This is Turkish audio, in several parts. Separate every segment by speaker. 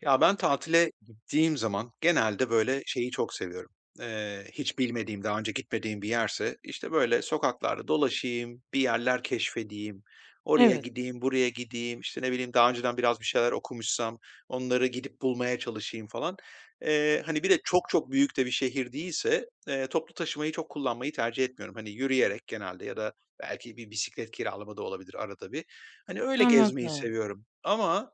Speaker 1: Ya, ben tatile gittiğim zaman genelde, böyle, şeyi çok seviyorum. Hiç bilmediğim, daha önce gitmediğim bir yerse, işte, böyle, sokaklarda dolaşayım, bir yerler keşfedeyim, oraya
Speaker 2: Evet,
Speaker 1: gideyim, buraya gideyim, işte, ne bileyim, daha önceden biraz bir şeyler okumuşsam onları gidip bulmaya çalışayım falan. Hani, bir de çok çok büyük de bir şehir değilse, toplu taşımayı çok kullanmayı tercih etmiyorum. Hani, yürüyerek genelde ya da belki bir bisiklet kiralama da olabilir arada bir. Hani, öyle gezmeyi
Speaker 2: anladım.
Speaker 1: seviyorum ama,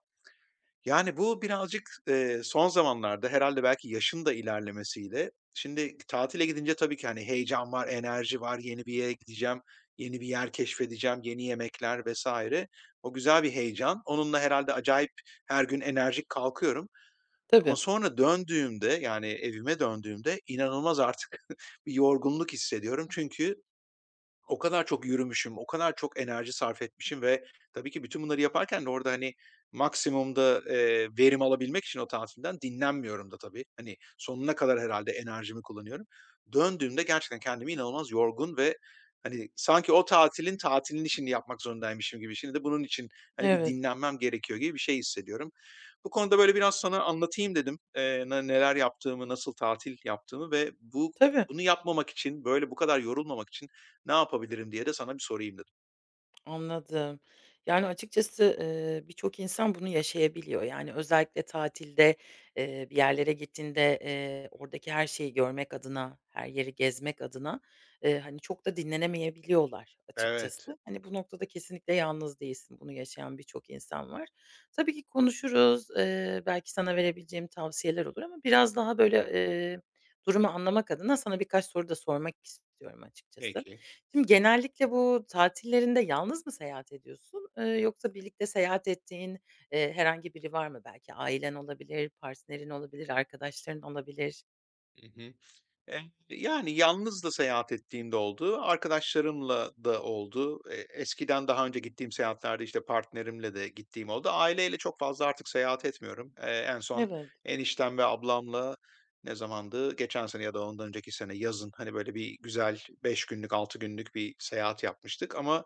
Speaker 1: yani, bu birazcık, son zamanlarda herhalde belki yaşın da ilerlemesiyle şimdi tatile gidince tabii ki, hani, heyecan var, enerji var, yeni bir yere gideceğim, yeni bir yer keşfedeceğim, yeni yemekler vesaire. O güzel bir heyecan. Onunla herhalde acayip her gün enerjik kalkıyorum ama
Speaker 2: Tabii,
Speaker 1: sonra döndüğümde, yani, evime döndüğümde inanılmaz artık bir yorgunluk hissediyorum. Çünkü o kadar çok yürümüşüm, o kadar çok enerji sarf etmişim ve tabii ki bütün bunları yaparken de orada, hani, maksimumda, verim alabilmek için o tatilden dinlenmiyorum da tabii. Hani, sonuna kadar herhalde enerjimi kullanıyorum. Döndüğümde gerçekten kendimi inanılmaz yorgun ve, hani, sanki o tatilin işini yapmak zorundaymışım gibi, şimdi de bunun için, hani, bir
Speaker 2: evet.
Speaker 1: dinlenmem gerekiyor gibi bir şey hissediyorum. Bu konuda böyle biraz sana anlatayım dedim. Ne neler yaptığımı, nasıl tatil yaptığımı ve bu
Speaker 2: Tabii.
Speaker 1: bunu yapmamak için, böyle bu kadar yorulmamak için ne yapabilirim diye de sana bir sorayım dedim.
Speaker 2: Anladım. Yani, açıkçası, birçok insan bunu yaşayabiliyor. Yani, özellikle tatilde, bir yerlere gittiğinde, oradaki her şeyi görmek adına, her yeri gezmek adına, hani, çok da dinlenemeyebiliyorlar
Speaker 1: Evet,
Speaker 2: açıkçası. Hani, bu noktada kesinlikle yalnız değilsin. Bunu yaşayan birçok insan var. Tabii ki konuşuruz. Belki sana verebileceğim tavsiyeler olur ama biraz daha, böyle, durumu anlamak adına sana birkaç soru da sormak istiyorum açıkçası.
Speaker 1: peki.
Speaker 2: Şimdi genellikle bu tatillerinde yalnız mı seyahat ediyorsun, yoksa birlikte seyahat ettiğin, herhangi biri var mı? Belki ailen olabilir, partnerin olabilir, arkadaşların olabilir.
Speaker 1: Hı Eh, Yani, yalnız da seyahat ettiğimde oldu, arkadaşlarımla da oldu. Eskiden daha önce gittiğim seyahatlerde, işte, partnerimle de gittiğim oldu. Aileyle çok fazla artık seyahat etmiyorum. En son
Speaker 2: Evet,
Speaker 1: eniştem ve ablamla ne zamandı? Geçen sene ya da ondan önceki sene yazın, hani, böyle bir güzel 5 günlük, 6 günlük bir seyahat yapmıştık ama,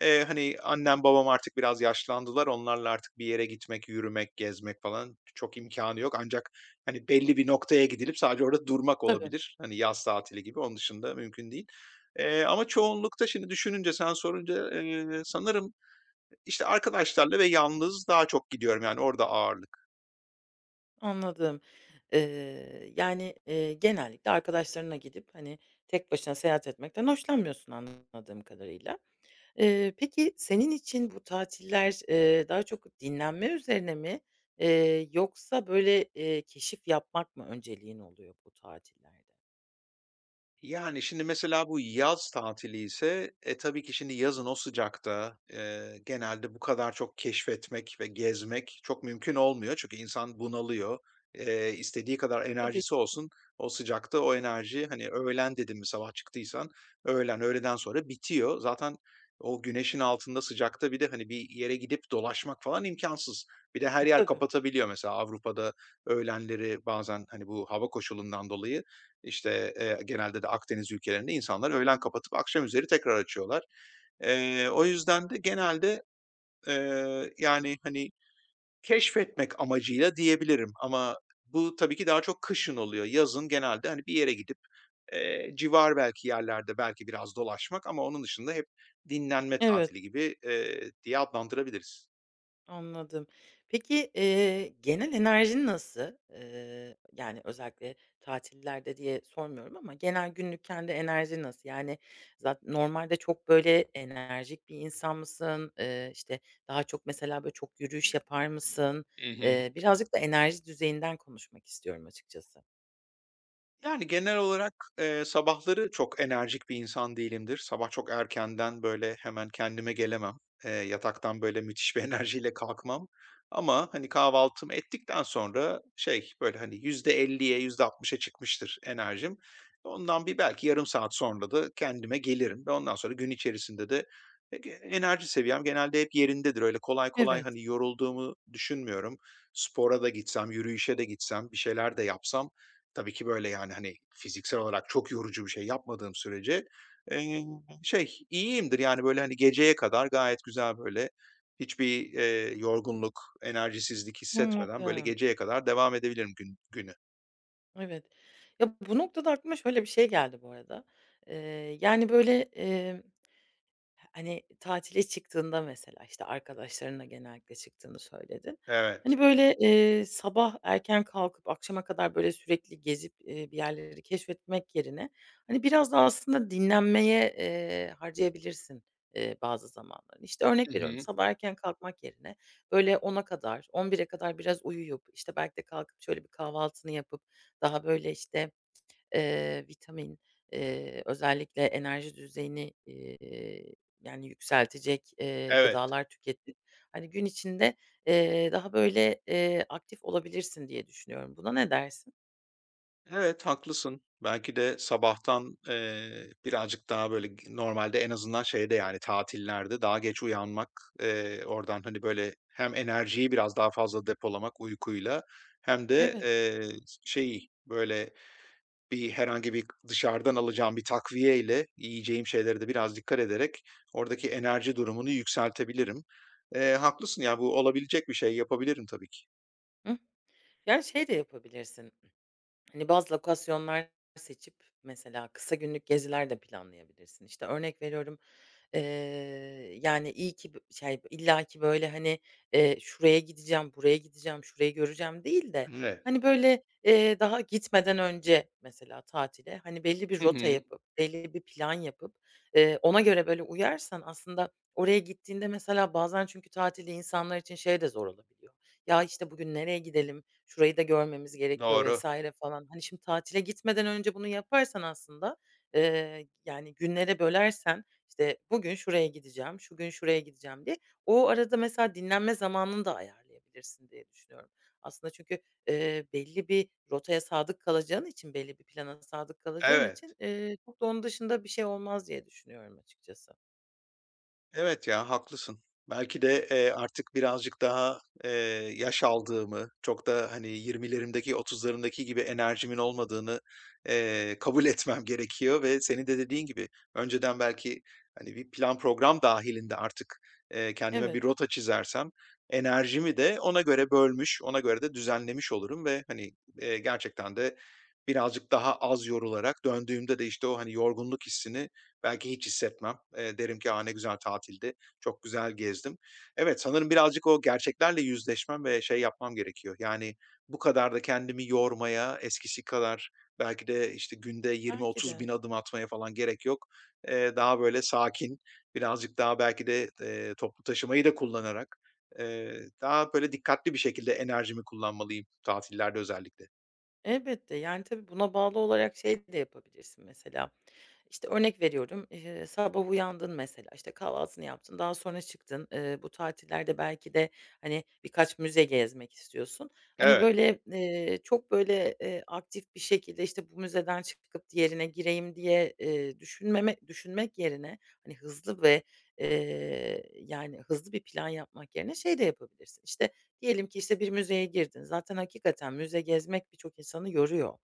Speaker 1: hani, annem babam artık biraz yaşlandılar. Onlarla artık bir yere gitmek, yürümek, gezmek falan çok imkanı yok. Hani, belli bir noktaya gidilip sadece orada durmak
Speaker 2: tabii.
Speaker 1: olabilir. Hani, yaz tatili gibi, onun dışında mümkün değil. Ama çoğunlukta şimdi düşününce, sen sorunca, sanırım, işte, arkadaşlarla ve yalnız daha çok gidiyorum. Yani, orada ağırlık.
Speaker 2: Anladım. Yani, genellikle arkadaşlarına gidip, hani, tek başına seyahat etmekten hoşlanmıyorsun anladığım kadarıyla. Peki senin için bu tatiller, daha çok dinlenme üzerine mi, yoksa böyle, keşif yapmak mı önceliğin oluyor bu tatillerde?
Speaker 1: Yani, şimdi mesela bu yaz tatiliyse, tabii ki şimdi yazın o sıcakta, genelde bu kadar çok keşfetmek ve gezmek çok mümkün olmuyor. Çünkü insan bunalıyor. İstediği kadar
Speaker 2: Tabii.
Speaker 1: enerjisi olsun, o sıcakta o enerji, hani, öğlen dedim mi sabah çıktıysan öğlen, öğleden sonra bitiyor. Zaten o güneşin altında sıcakta bir de, hani, bir yere gidip dolaşmak falan imkansız. Bir de
Speaker 2: E,
Speaker 1: her yer
Speaker 2: tabii.
Speaker 1: kapatabiliyor mesela Avrupa'da öğlenleri bazen, hani, bu hava koşulundan dolayı işte, genelde de Akdeniz ülkelerinde insanlar öğlen kapatıp akşam üzeri tekrar açıyorlar. O yüzden de genelde, yani, hani, keşfetmek amacıyla diyebilirim ama bu tabii ki daha çok kışın oluyor. Yazın genelde, hani, bir yere gidip, civar belki yerlerde belki biraz dolaşmak ama onun dışında hep dinlenme
Speaker 2: Evet,
Speaker 1: tatili gibi, diye adlandırabiliriz.
Speaker 2: anladım. Peki, genel enerjin nasıl? Yani, özellikle tatillerde diye sormuyorum ama genel günlük kendi enerjin nasıl? Yani, zaten normalde çok, böyle, enerjik bir insan mısın? İşte, daha çok mesela, böyle, çok yürüyüş yapar mısın?
Speaker 1: I hı.
Speaker 2: Birazcık da enerji düzeyinden konuşmak istiyorum açıkçası.
Speaker 1: Yani, genel olarak, sabahları çok enerjik bir insan değilimdir. Sabah çok erkenden, böyle, hemen kendime gelemem. Yataktan, böyle, müthiş bir enerjiyle kalkmam ama, hani, kahvaltımı ettikten sonra şey, böyle, hani, yüzde %60'a çıkmıştır enerjim. Ondan bir belki yarım saat sonra da kendime gelirim ve ondan sonra gün içerisinde de e ge enerji seviyem genelde hep yerindedir. Öyle kolay kolay,
Speaker 2: Evet,
Speaker 1: hani, yorulduğumu düşünmüyorum. Spora da gitsem, yürüyüşe de gitsem, bir şeyler de yapsam, tabii ki böyle, yani, hani, fiziksel olarak çok yorucu bir şey yapmadığım sürece, eee, şey, iyiyimdir. Yani, böyle, hani, geceye kadar gayet güzel, böyle, hiçbir, yorgunluk, enerjisizlik hissetmeden, böyle,
Speaker 2: anladım.
Speaker 1: geceye kadar devam edebilirim gün güne.
Speaker 2: Evet. Ya, bu noktada aklıma şöyle bir şey geldi bu arada. Yani, böyle, hani, tatile çıktığında mesela, işte, arkadaşlarınla genellikle çıktığını söyledin.
Speaker 1: Evet.
Speaker 2: Hani, böyle, sabah erken kalkıp akşama kadar, böyle, sürekli gezip, bir yerleri keşfetmek yerine, hani, biraz da aslında dinlenmeye, harcayabilirsin, bazı zamanlarını. İşte,
Speaker 1: Hı
Speaker 2: örnek veriyorum,
Speaker 1: hı.
Speaker 2: sabah erken kalkmak yerine, böyle, 10'a kadar, 11'e kadar biraz uyuyup, işte, belki de kalkıp şöyle bir kahvaltını yapıp daha, böyle, işte, vitamin, özellikle enerji düzeyini, yani yükseltecek,
Speaker 1: Evet.
Speaker 2: gıdalar tükettin. Hani, gün içinde, daha böyle, aktif olabilirsin diye düşünüyorum. Buna ne dersin?
Speaker 1: Evet, haklısın. Belki de sabahtan, birazcık daha böyle normalde en azından şeyde, yani, tatillerde daha geç uyanmak, oradan, hani, böyle hem enerjiyi biraz daha fazla depolamak uykuyla hem de,
Speaker 2: Evet.
Speaker 1: şeyi, böyle, herhangi bir dışarıdan alacağım bir takviyeyle yiyeceğim şeylere de biraz dikkat ederek oradaki enerji durumunu yükseltebilirim. Haklısın ya, bu olabilecek bir şey. Yapabilirim tabii ki.
Speaker 2: Hıh. Yani, şey de yapabilirsin. Hani, bazı lokasyonlar seçip mesela kısa günlük geziler de planlayabilirsin. İşte, örnek veriyorum, eee, yani, iyi ki bö şey, illaki, böyle, hani, şuraya gideceğim, buraya gideceğim, şurayı göreceğim değil de,
Speaker 1: Evet.
Speaker 2: hani, böyle, daha gitmeden önce mesela tatile, hani, belli bir
Speaker 1: Hı
Speaker 2: rota
Speaker 1: hı.
Speaker 2: yapıp, belli bir plan yapıp, ona göre, böyle, uyarsan aslında oraya gittiğinde mesela bazen çünkü tatili insanlar için şey de zor olabiliyor. "Ya, işte, bugün nereye gidelim? Şurayı da görmemiz gerekiyor
Speaker 1: Doğru.
Speaker 2: vesaire falan. Hani, şimdi tatile gitmeden önce bunu yaparsan aslında, yani, günlere bölersen, işte, bugün şuraya gideceğim, şu gün şuraya gideceğim diye o arada mesela dinlenme zamanını da ayarlayabilirsin diye düşünüyorum. Aslında çünkü, belli bir rotaya sadık kalacağın için, belli bir plana sadık kalacağın için,
Speaker 1: Evet.
Speaker 2: çok da onun dışında bir şey olmaz diye düşünüyorum açıkçası.
Speaker 1: Evet ya, haklısın. Belki de, artık birazcık daha, eee, yaş aldığımı, çok da, hani, 20'lerimdeki 30'larımdaki gibi enerjimin olmadığını, kabul etmem gerekiyor ve senin de dediğin gibi önceden belki, hani, bir plan program dahilinde artık, kendime bir
Speaker 2: Evet,
Speaker 1: rota çizersem enerjimi de ona göre bölmüş, ona göre de düzenlemiş olurum ve, hani, gerçekten de birazcık daha az yorularak döndüğümde de, işte, o, hani, yorgunluk hissini belki hiç hissetmem. Derim ki, "A, ne güzel tatildi. Çok güzel gezdim." Evet, sanırım birazcık o gerçeklerle yüzleşmem ve şey yapmam gerekiyor. Yani, bu kadar da kendimi yormaya, eskisi kadar belki de, işte, günde
Speaker 2: belki
Speaker 1: 20-30
Speaker 2: de.
Speaker 1: bin adım atmaya falan gerek yok. Daha böyle sakin, birazcık daha belki de, toplu taşımayı da kullanarak, daha böyle dikkatli bir şekilde enerjimi kullanmalıyım tatillerde özellikle.
Speaker 2: Elbette, yani, tabii buna bağlı olarak şey de yapabilirsin mesela. İşte, örnek veriyorum, sabah uyandın mesela, işte, kahvaltını yaptın, daha sonra çıktın. Bu tatillerde belki de, hani, birkaç müze gezmek istiyorsun. Hani,
Speaker 1: Evet,
Speaker 2: böyle, çok, böyle, aktif bir şekilde, işte, bu müzeden çıkıp diğerine gireyim diye, düşünmek yerine, hani, hızlı ve, yani, hızlı bir plan yapmak yerine şey de yapabilirsin. İşte, diyelim ki, işte, bir müzeye girdin. Zaten hakikaten müze gezmek birçok insanı yoruyor.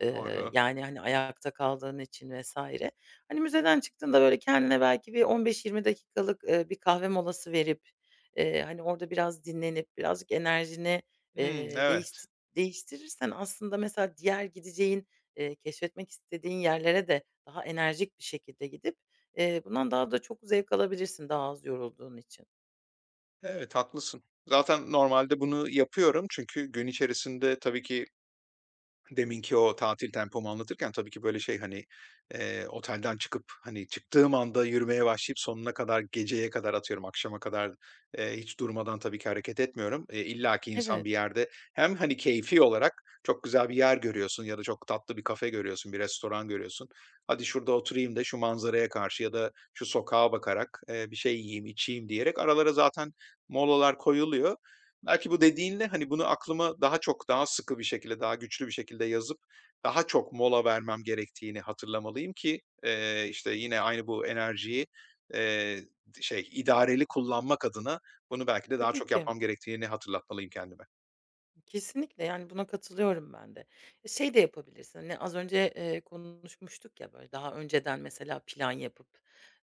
Speaker 1: doğru.
Speaker 2: Yani, hani, ayakta kaldığın için vesaire. Hani, müzeden çıktığında, böyle, kendine belki bir 15-20 dakikalık, bir kahve molası verip, hani, orada biraz dinlenip birazcık enerjini,
Speaker 1: Hımm,
Speaker 2: eee, değişti
Speaker 1: evet.
Speaker 2: değiştirirsen aslında mesela diğer gideceğin, keşfetmek istediğin yerlere de daha enerjik bir şekilde gidip, bundan daha da çok zevk alabilirsin daha az yorulduğun için.
Speaker 1: Evet, haklısın. Zaten normalde bunu yapıyorum çünkü gün içerisinde tabii ki, deminki o tatil tempomu anlatırken tabii ki böyle şey, hani, otelden çıkıp, hani, çıktığım anda yürümeye başlayıp sonuna kadar, geceye kadar, atıyorum akşama kadar, hiç durmadan tabii ki hareket etmiyorum. Ki insan
Speaker 2: Evet,
Speaker 1: bir yerde hem, hani, keyfi olarak çok güzel bir yer görüyorsun ya da çok tatlı bir kafe görüyorsun, bir restoran görüyorsun. "Hadi şurada oturayım da şu manzaraya karşı ya da şu sokağa bakarak, bir şey yiyeyim, içeyim." diyerek aralara zaten molalar koyuluyor. Belki bu dediğinle, hani, bunu aklıma daha çok, daha sıkı bir şekilde, daha güçlü bir şekilde yazıp daha çok mola vermem gerektiğini hatırlamalıyım ki, işte, yine aynı bu enerjiyi, eee, şey, idareli kullanmak adına bunu belki de daha
Speaker 2: tabii
Speaker 1: çok
Speaker 2: ki.
Speaker 1: yapmam gerektiğini hatırlatmalıyım kendime.
Speaker 2: Kesinlikle, yani, buna katılıyorum ben de. E, şey de yapabilirsin, hani, az önce, konuşmuştuk ya, böyle, daha önceden mesela plan yapıp,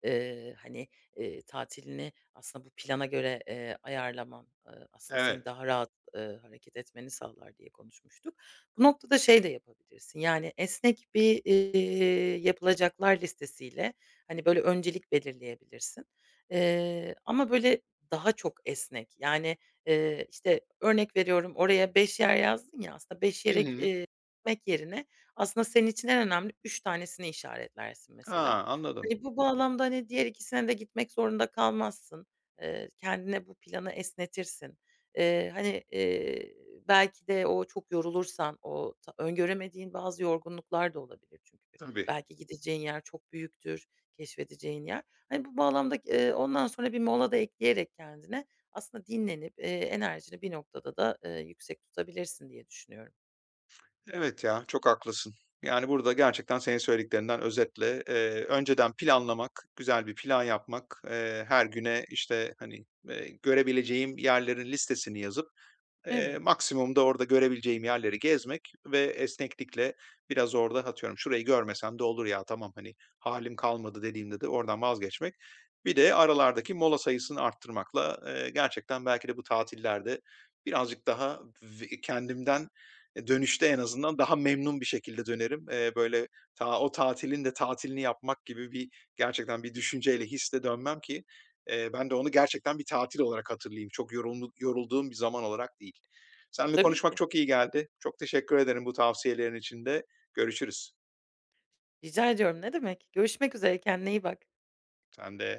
Speaker 2: hani, tatilini aslında bu plana göre, ayarlaman, aslında seni
Speaker 1: Evet.
Speaker 2: daha rahat, hareket etmeni sağlar diye konuşmuştuk. Bu noktada şey de yapabilirsin, yani, esnek bir, yapılacaklar listesiyle, hani, böyle, öncelik belirleyebilirsin. Ama, böyle, daha çok esnek, yani, işte, örnek veriyorum, oraya 5 yer yazdın ya, aslında 5
Speaker 1: Hı
Speaker 2: yere,
Speaker 1: hı.
Speaker 2: gitmek yerine aslında senin için en önemli 3 tanesini işaretlersin mesela.
Speaker 1: Ha, anladım.
Speaker 2: Hani, bu bağlamda, hani, diğer ikisine de gitmek zorunda kalmazsın. Kendine bu planı esnetirsin. Eee, hani, eee, belki de o çok yorulursan, o ta öngöremediğin bazı yorgunluklar da olabilir çünkü.
Speaker 1: Tabii.
Speaker 2: Belki gideceğin yer çok büyüktür, keşfedeceğin yer. Hani, bu bağlamda, ondan sonra bir mola da ekleyerek kendine aslında dinlenip, enerjini bir noktada da, yüksek tutabilirsin diye düşünüyorum.
Speaker 1: Evet ya, çok haklısın. Yani, burada gerçekten senin söylediklerinden özetle, önceden planlamak, güzel bir plan yapmak, her güne, işte, hani, görebileceğim yerlerin listesini yazıp
Speaker 2: Evet,
Speaker 1: maksimum da orada görebileceğim yerleri gezmek ve esneklikle biraz orada atıyorum, "Şurayı görmesem de olur ya, tamam, hani, halim kalmadı." dediğimde de oradan vazgeçmek. Bir de aralardaki mola sayısını arttırmakla, gerçekten belki de bu tatillerde birazcık daha kendimden, dönüşte en azından daha memnun bir şekilde dönerim. Böyle, ta o tatilin de tatilini yapmak gibi bir gerçekten bir düşünceyle, hisle dönmem ki ben de onu gerçekten bir tatil olarak hatırlayayım. Çok yorulduğum bir zaman olarak değil. Seninle
Speaker 2: tabii
Speaker 1: konuşmak
Speaker 2: ki.
Speaker 1: çok iyi geldi. Çok teşekkür ederim bu tavsiyelerin için de. Görüşürüz.
Speaker 2: Rica ediyorum, ne demek. Görüşmek üzere, kendine iyi bak.
Speaker 1: Sen de